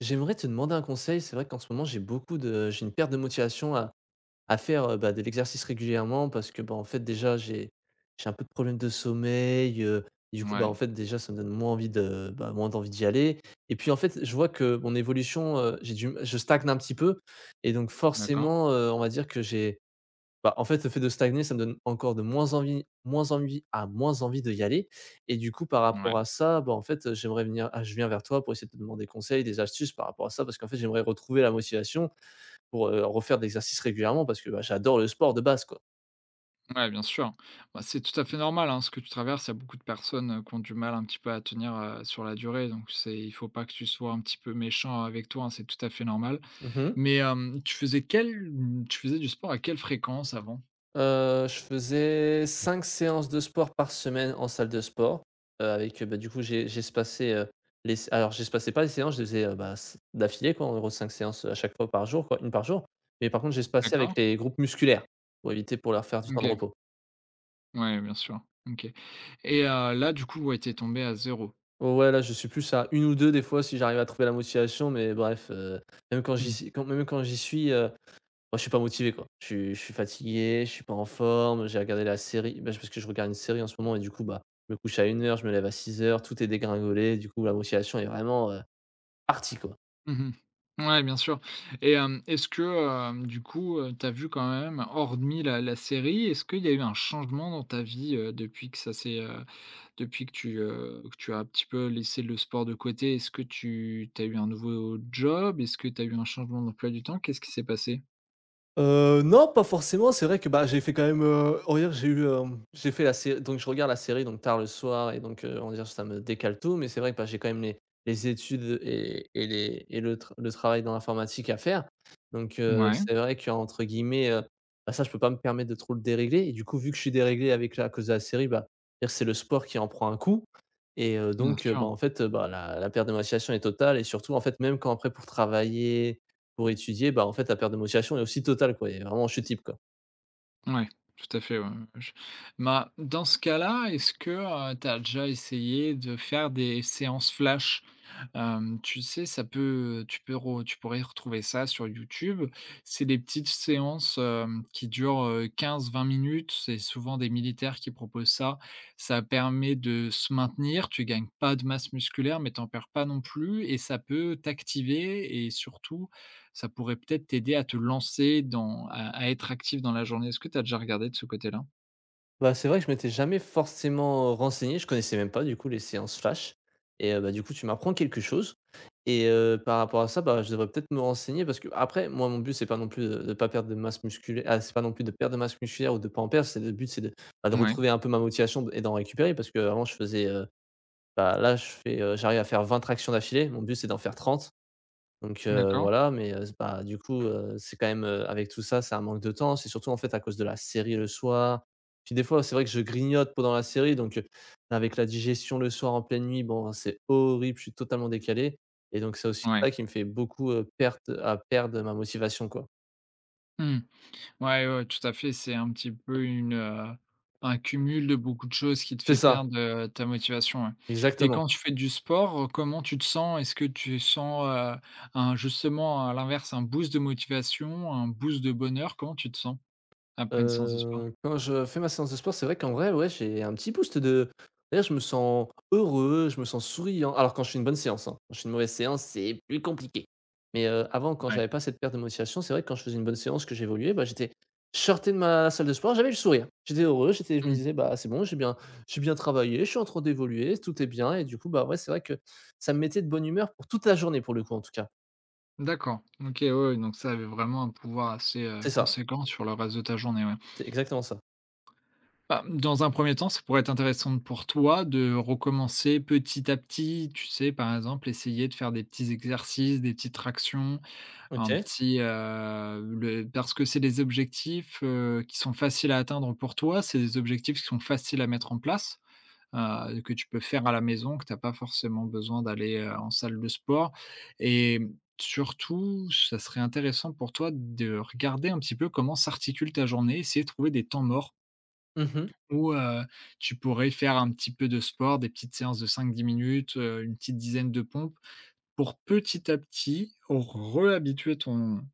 J'aimerais te demander un conseil. C'est vrai qu'en ce moment, j'ai une perte de motivation à faire, bah, de l'exercice régulièrement parce que, bah, en fait, déjà, j'ai un peu de problèmes de sommeil, du coup, bah, en Ouais, fait, déjà, ça me donne moins envie de bah, moins d'envie d'y aller et puis, en fait, je vois que mon évolution, j'ai du je stagne un petit peu et donc d'accord. forcément, on va dire que j'ai bah, en fait, le fait de stagner, ça me donne encore de moins envie à moins envie de y aller et du coup, par rapport Ouais, à ça, bah, en fait, je viens vers toi pour essayer de te demander conseil, des astuces par rapport à ça parce qu'en fait, j'aimerais retrouver la motivation pour, refaire de l'exercice régulièrement parce que, bah, j'adore le sport de base, quoi. ouais, bien sûr. Bah, c'est tout à fait normal, hein, ce que tu traverses. Il y a beaucoup de personnes, qui ont du mal un petit peu à tenir, sur la durée, donc c'est il faut pas que tu sois un petit peu méchant avec toi, hein, c'est tout à fait normal. Mmh. Mais, tu faisais du sport à quelle fréquence avant? Je faisais 5 séances de sport par semaine en salle de sport, avec, bah, du coup j'espaçais, les s alors j'espaçais pas les séances, je les faisais, bah, s d'affilée quoi, en gros 5 séances, à chaque fois par jour quoi, 1 par jour. Mais par contre j'espaçais D'accord. avec les groupes musculaires, pour leur faire du temps de OK. repos. Ouais, bien sûr. OK. Et là, du coup, ouais, tu tombé à zéro. Ouais, là je suis plus à une ou 2 des fois si j'arrive à trouver la motivation mais bref, même quand j'y s quand même quand j'y suis, moi, je suis pas motivé, quoi. Je suis fatigué, je suis pas en forme, j'ai regardé la série bah, parce que je regarde une série en ce moment et du coup, bah, je me couche à 1 heure, je me lève à 6 heures, tout est dégringolé, du coup la motivation est vraiment, partie, quoi. Mmh. Ouais, bien sûr. Et est-ce que, du coup, tu as vu quand même, hormis la série, est-ce qu'il y a eu un changement dans ta vie, depuis que ça s'est, depuis que tu as un petit peu laissé le sport de côté? Est-ce que tu as eu un nouveau job? Est-ce que tu as eu un changement d'emploi du temps? Qu'est-ce qui s'est passé? Non, pas forcément. C'est vrai que, bah, j'ai fait quand même, on va dire, j'ai fait la série, donc je regarde la série donc tard le soir et donc, on va dire ça me décale tout, mais c'est vrai que, bah, j'ai quand même les études et les et le tr le travail dans l'informatique à faire. Donc, Ouais, c'est vrai qu'entre guillemets, bah, ça je peux pas me permettre de trop le dérégler et du coup, vu que je suis déréglé avec la à cause de la série, bah, dire c'est le sport qui en prend un coup et bien donc, bah, sûr. en fait, bah, la perte de motivation est totale et surtout, en fait, même quand après pour travailler, pour étudier, bah, en fait, la perte de motivation est aussi totale, quoi. Il y a vraiment chute libre, quoi. Ouais, tout à fait, ouais, ouais, je bah, dans ce cas-là, est-ce que, tu as déjà essayé de faire des séances flash? Tu sais, ça peut, tu peux re tu pourrais retrouver ça sur YouTube. C'est des petites séances, qui durent, 15-20 minutes. C'est souvent des militaires qui proposent ça. Ça permet de se maintenir, tu gagnes pas de masse musculaire, mais t'en perds pas non plus et ça peut t'activer, et surtout, ça pourrait peut-être t'aider à te lancer dans à être actif dans la journée. Est-ce que tu as déjà regardé de ce côté-là? Bah, c'est vrai que je m'étais jamais forcément renseigné, je connaissais même pas, du coup, les séances flash et bah, du coup, tu m'apprends quelque chose et par rapport à ça, bah, je devrais peut-être me renseigner parce que après, moi, mon but, c'est pas non plus de pas perdre de masse musculaire ah, c'est pas non plus de perdre de masse musculaire ou de pas en perdre, c'est le but, c'est de, bah, de Ouais, retrouver un peu ma motivation et d'en récupérer parce que avant je faisais, bah, là, j'arrive à faire 20 tractions d'affilée. Mon but, c'est d'en faire 30. Donc d'accord, voilà, mais bah, du coup, c'est quand même, avec tout ça, c'est un manque de temps. C'est surtout, en fait, à cause de la série le soir. Puis des fois, c'est vrai que je grignote pendant la série, donc avec la digestion le soir en pleine nuit, bon, c'est horrible, je suis totalement décalé et donc c'est aussi ouais. ça qui me fait beaucoup, perte à perdre ma motivation, quoi. Mmh. Ouais, ouais, tout à fait, c'est un petit peu une, un cumul de beaucoup de choses qui te C'est fait ça, perdre, ta motivation, ouais. Et exactement. quand tu fais du sport, comment tu te sens? Est-ce que tu sens, un justement, à l'inverse, un boost de motivation, un boost de bonheur? Comment tu te sens après une séance de sport? Quand je fais ma séance de sport, c'est vrai qu'en vrai, ouais, j'ai un petit boost de d'ailleurs, je me sens heureux, je me sens souriant. Alors quand je fais une bonne séance, hein. Quand je fais une mauvaise séance, c'est plus compliqué. Mais, avant, quand Ouais. j'avais pas cette perte de motivation, c'est vrai que quand je faisais une bonne séance, que j'évoluais, bah, j'étais sorti de ma salle de sport, j'avais le sourire. J'étais heureux, j'étais je me Mmh. disais : « Bah, c'est bon, j'ai bien travaillé, je suis en train d'évoluer, tout est bien » et du coup, bah, ouais, c'est vrai que ça me mettait de bonne humeur pour toute la journée, pour le coup, en tout cas. D'accord. OK, ouais, ouais, donc ça avait vraiment un pouvoir assez, C'est ça, conséquent sur le reste de ta journée, ouais. c'est exactement ça. Bah, dans un premier temps, ça pourrait être intéressant pour toi de recommencer petit à petit. Tu sais, par exemple, essayer de faire des petits exercices, des petites tractions, un OK. petit, le parce que c'est des objectifs, qui sont faciles à atteindre pour toi. C'est des objectifs qui sont faciles à mettre en place, que tu peux faire à la maison, que tu as pas forcément besoin d'aller, en salle de sport, et surtout, ça serait intéressant pour toi de regarder un petit peu comment s'articule ta journée, essayer de trouver des temps morts. Mmh. Ou tu pourrais faire un petit peu de sport, des petites séances de 5 à 10 minutes, une petite dizaine de pompes pour petit à petit réhabituer ton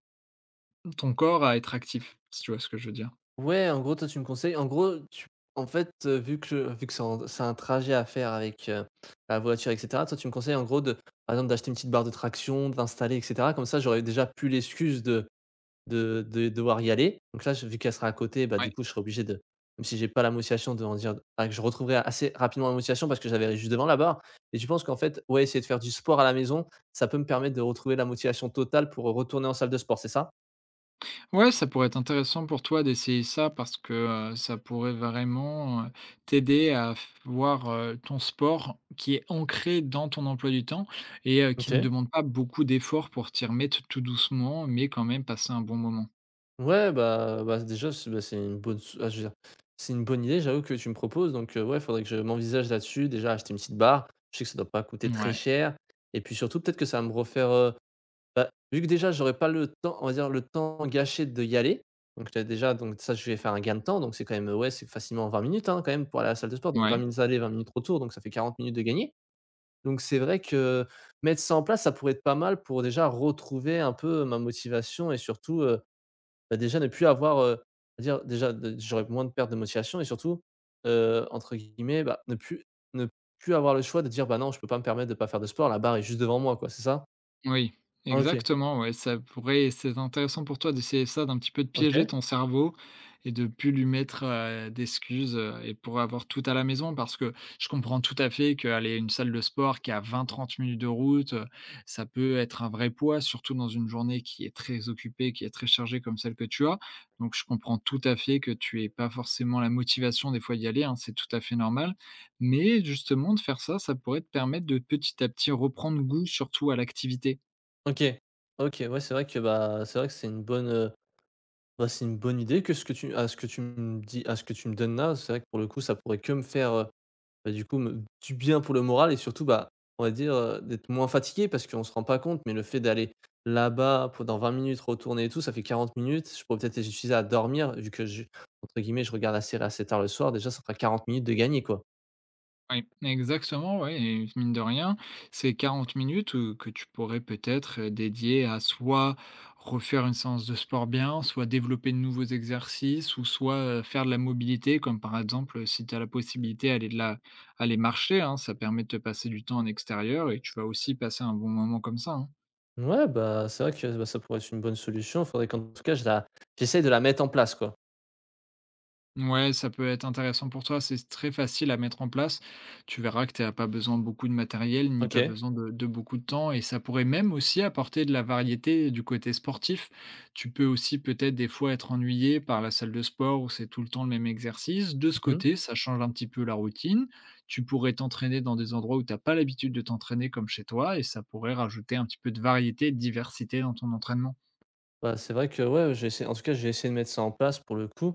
ton corps à être actif, si tu vois ce que je veux dire? Ouais, en gros, toi, tu me conseilles en gros, tu en fait, vu que je- vu que c'est en c'est un trajet à faire avec, la voiture et cetera, toi, tu me conseilles, en gros, de par exemple, d'acheter une petite barre de traction, de l'installer et cetera. Comme ça, j'aurais déjà plus l'excuse de devoir y aller. Donc là, je vu qu'elle sera à côté, bah, du Ouais. coup, je serai obligé de même si j'ai pas la motivation de en dire enfin, que je retrouverai assez rapidement la motivation parce que j'avais juste devant la barre et tu penses qu'en fait, ouais, essayer de faire du sport à la maison, ça peut me permettre de retrouver la motivation totale pour retourner en salle de sport, c'est ça? Ouais, ça pourrait être intéressant pour toi d'essayer ça parce que, ça pourrait vraiment, t'aider à f voir, ton sport qui est ancré dans ton emploi du temps, et qui ne OK. demande pas beaucoup d'efforts pour t'y remettre tout doucement, mais quand même passer un bon moment. Ouais, bah, déjà, c'est bah, c'est une bonne s ah, je veux dire, c'est une bonne idée, j'avoue, que tu me proposes donc ouais, il faudrait que je m'envisage là-dessus. Déjà, acheter une petite barre, je sais que ça doit pas coûter très Ouais, cher et puis surtout, peut-être que ça va me refaire, bah, vu que déjà, j'aurais pas le temps, on va dire, le temps gâché de y aller donc là, déjà, donc ça, je vais faire un gain de temps donc c'est quand même, ouais, c'est facilement 20 minutes, hein, quand même, pour aller à la salle de sport donc 20 ouais. minutes aller, 20 minutes retour donc ça fait 40 minutes de gagner donc c'est vrai que mettre ça en place, ça pourrait être pas mal pour déjà retrouver un peu ma motivation et surtout, bah, déjà, ne plus avoir, on dire déjà de j'aurais moins de perte de motivation et surtout, entre guillemets, bah, ne plus avoir le choix de dire : « Bah, non, je peux pas me permettre de pas faire de sport, la barre est juste devant moi », quoi, c'est ça? Oui, OK, exactement, ouais, ça pourrait c'est intéressant pour toi d'essayer ça, d'un petit peu de piéger OK, ton cerveau et de plus lui mettre, d'excuses, et pour avoir tout à la maison parce que je comprends tout à fait qu'aller à une salle de sport qui est à 20-30 minutes de route, ça peut être un vrai poids, surtout dans une journée qui est très occupée, qui est très chargée comme celle que tu as. Donc je comprends tout à fait que tu aies pas forcément la motivation des fois d'y aller, hein, c'est tout à fait normal. Mais justement de faire ça, ça pourrait te permettre de petit à petit reprendre goût surtout à l'activité. OK, OK, ouais, c'est vrai que, bah, c'est vrai que c'est une bonne, bah, c'est une bonne idée que ce que tu à ce que tu me dis à ce que tu me donnes là, c'est vrai que pour le coup, ça pourrait que me faire, bah, du coup, me du bien pour le moral et surtout, bah, on va dire, d'être moins fatigué parce qu'on se rend pas compte, mais le fait d'aller là-bas pendant 20 minutes, retourner et tout, ça fait 40 minutes. Je pourrais peut-être les utiliser à dormir vu que je entre guillemets, « je regarde la série assez tard le soir », déjà ça fera 40 minutes de gagner quoi. Oui, exactement, ouais, et mine de rien, c'est 40 minutes, que tu pourrais peut-être, dédier à soit refaire une séance de sport bien, soit développer de nouveaux exercices ou soit, faire de la mobilité comme par exemple, si tu as la possibilité, aller de la aller marcher, hein, ça permet de te passer du temps en extérieur et tu vas aussi passer un bon moment comme ça, hein. Ouais, bah, c'est vrai que, bah, ça pourrait être une bonne solution. Faudrait qu'en tout cas je la j'essaie de la mettre en place, quoi. Ouais, ça peut être intéressant pour toi, c'est très facile à mettre en place. Tu verras que tu as pas besoin de beaucoup de matériel, ni pas OK. besoin de beaucoup de temps, et ça pourrait même aussi apporter de la variété du côté sportif. Tu peux aussi peut-être des fois être ennuyé par la salle de sport où c'est tout le temps le même exercice. De ce Mmh. côté, ça change un petit peu la routine. Tu pourrais t'entraîner dans des endroits où tu n'as pas l'habitude de t'entraîner comme chez toi, et ça pourrait rajouter un petit peu de variété, de diversité dans ton entraînement. Bah, c'est vrai que ouais, j'ai essayé en tout cas, j'ai essayé de mettre ça en place pour le coup.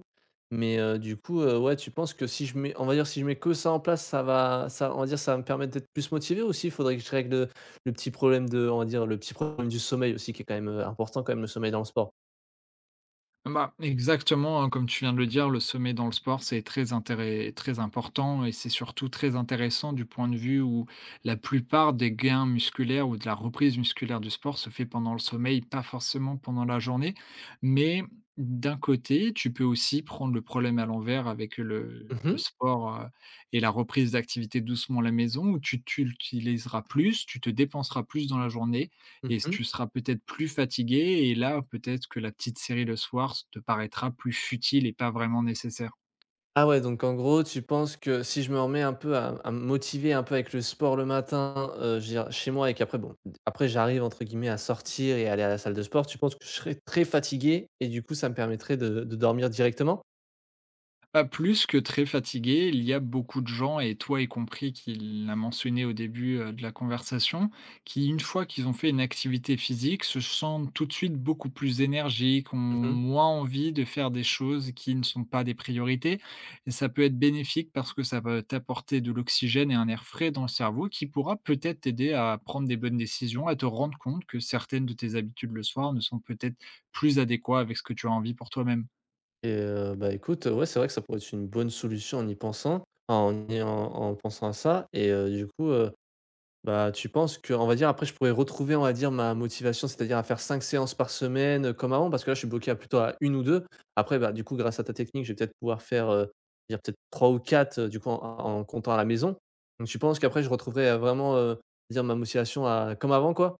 Mais, du coup, ouais, tu penses que si je mets on va dire si je mets que ça en place, ça va ça on va dire ça va me permettre d'être plus motivé aussi? Il faudrait que je règle, le petit problème de on va dire le petit problème du sommeil aussi qui est quand même, important quand même le sommeil dans le sport. Bah, exactement, hein, comme tu viens de le dire, le sommet dans le sport, c'est très important et c'est surtout très intéressant du point de vue où la plupart des gains musculaires ou de la reprise musculaire du sport se fait pendant le sommeil, pas forcément pendant la journée. Mais d'un côté, tu peux aussi prendre le problème à l'envers avec le, Mmh le mh. sport et la reprise d'activité doucement à la maison où tu l'utiliseras plus, tu te dépenseras plus dans la journée et Mmh. tu seras peut-être plus fatigué et là, peut-être que la petite série le soir te paraîtra plus futile et pas vraiment nécessaire. Ah ouais, donc en gros, tu penses que si je me remets un peu à me motiver un peu avec le sport le matin, je veux dire chez moi et qu'après bon, après j'arrive entre guillemets à « sortir » et aller à la salle de sport, tu penses que je serais très fatigué et du coup ça me permettrait de dormir directement? Pas plus que très fatigué. Il y a beaucoup de gens, et toi y compris, qui l'a mentionné au début, de la conversation, qui, une fois qu'ils ont fait une activité physique, se sentent tout de suite beaucoup plus énergiques, ont Mmh. moins envie de faire des choses qui ne sont pas des priorités, et ça peut être bénéfique parce que ça va t'apporter de l'oxygène et un air frais dans le cerveau qui pourra peut-être t'aider à prendre des bonnes décisions, à te rendre compte que certaines de tes habitudes le soir ne sont peut-être plus adéquates avec ce que tu as envie pour toi-même. Et bah, écoute, ouais, c'est vrai que ça pourrait être une bonne solution en y pensant, en y en pensant à ça et du coup, bah, tu penses que on va dire après je pourrais retrouver on va dire ma motivation, c'est-à-dire à faire 5 séances par semaine, comme avant? Parce que là je suis bloqué à plutôt à une ou 2. Après, bah, du coup grâce à ta technique, je vais peut-être pouvoir dire peut-être 3 ou 4 du coup en comptant à la maison. Donc tu penses qu'après je retrouverai, vraiment, dire ma motivation à comme avant quoi?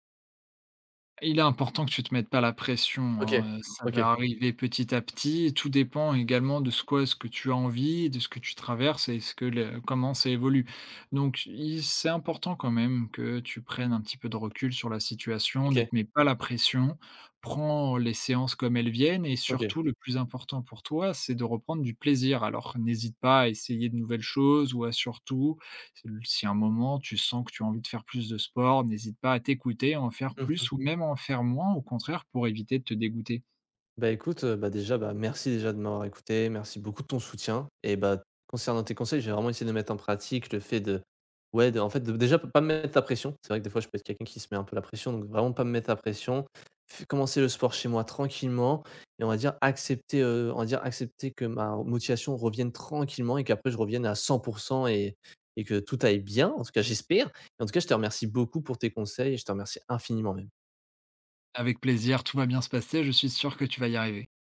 Il est important que tu te mettes pas la pression, OK, hein, ça va OK, arriver petit à petit. Tout dépend également de ce quoi est-ce que tu as envie, de ce que tu traverses et ce que le comment ça évolue. Donc il c'est important quand même que tu prennes un petit peu de recul sur la situation, ne te OK, mets pas la pression, prends les séances comme elles viennent et OK. surtout le plus important pour toi, c'est de reprendre du plaisir. Alors n'hésite pas à essayer de nouvelles choses ou à surtout si à un moment tu sens que tu as envie de faire plus de sport, n'hésite pas à t'écouter, à en faire Mmh. plus ou même à en faire moins au contraire pour éviter de te dégoûter. Bah, écoute, bah, déjà, bah, merci déjà de m'avoir écouté, merci beaucoup de ton soutien et bah, concernant tes conseils, j'ai vraiment essayé de mettre en pratique le fait de ouais, de en fait, de déjà pas me mettre la pression. C'est vrai que des fois, je peux être quelqu'un qui se met un peu la pression, donc vraiment pas me mettre la pression. F commencer le sport chez moi tranquillement et on va dire accepter que ma motivation revienne tranquillement et qu'après je revienne à 100 et et que tout aille bien, en tout cas j'espère. En tout cas, je te remercie beaucoup pour tes conseils et je te remercie infiniment même. Avec plaisir, tout va bien se passer, je suis sûr que tu vas y arriver.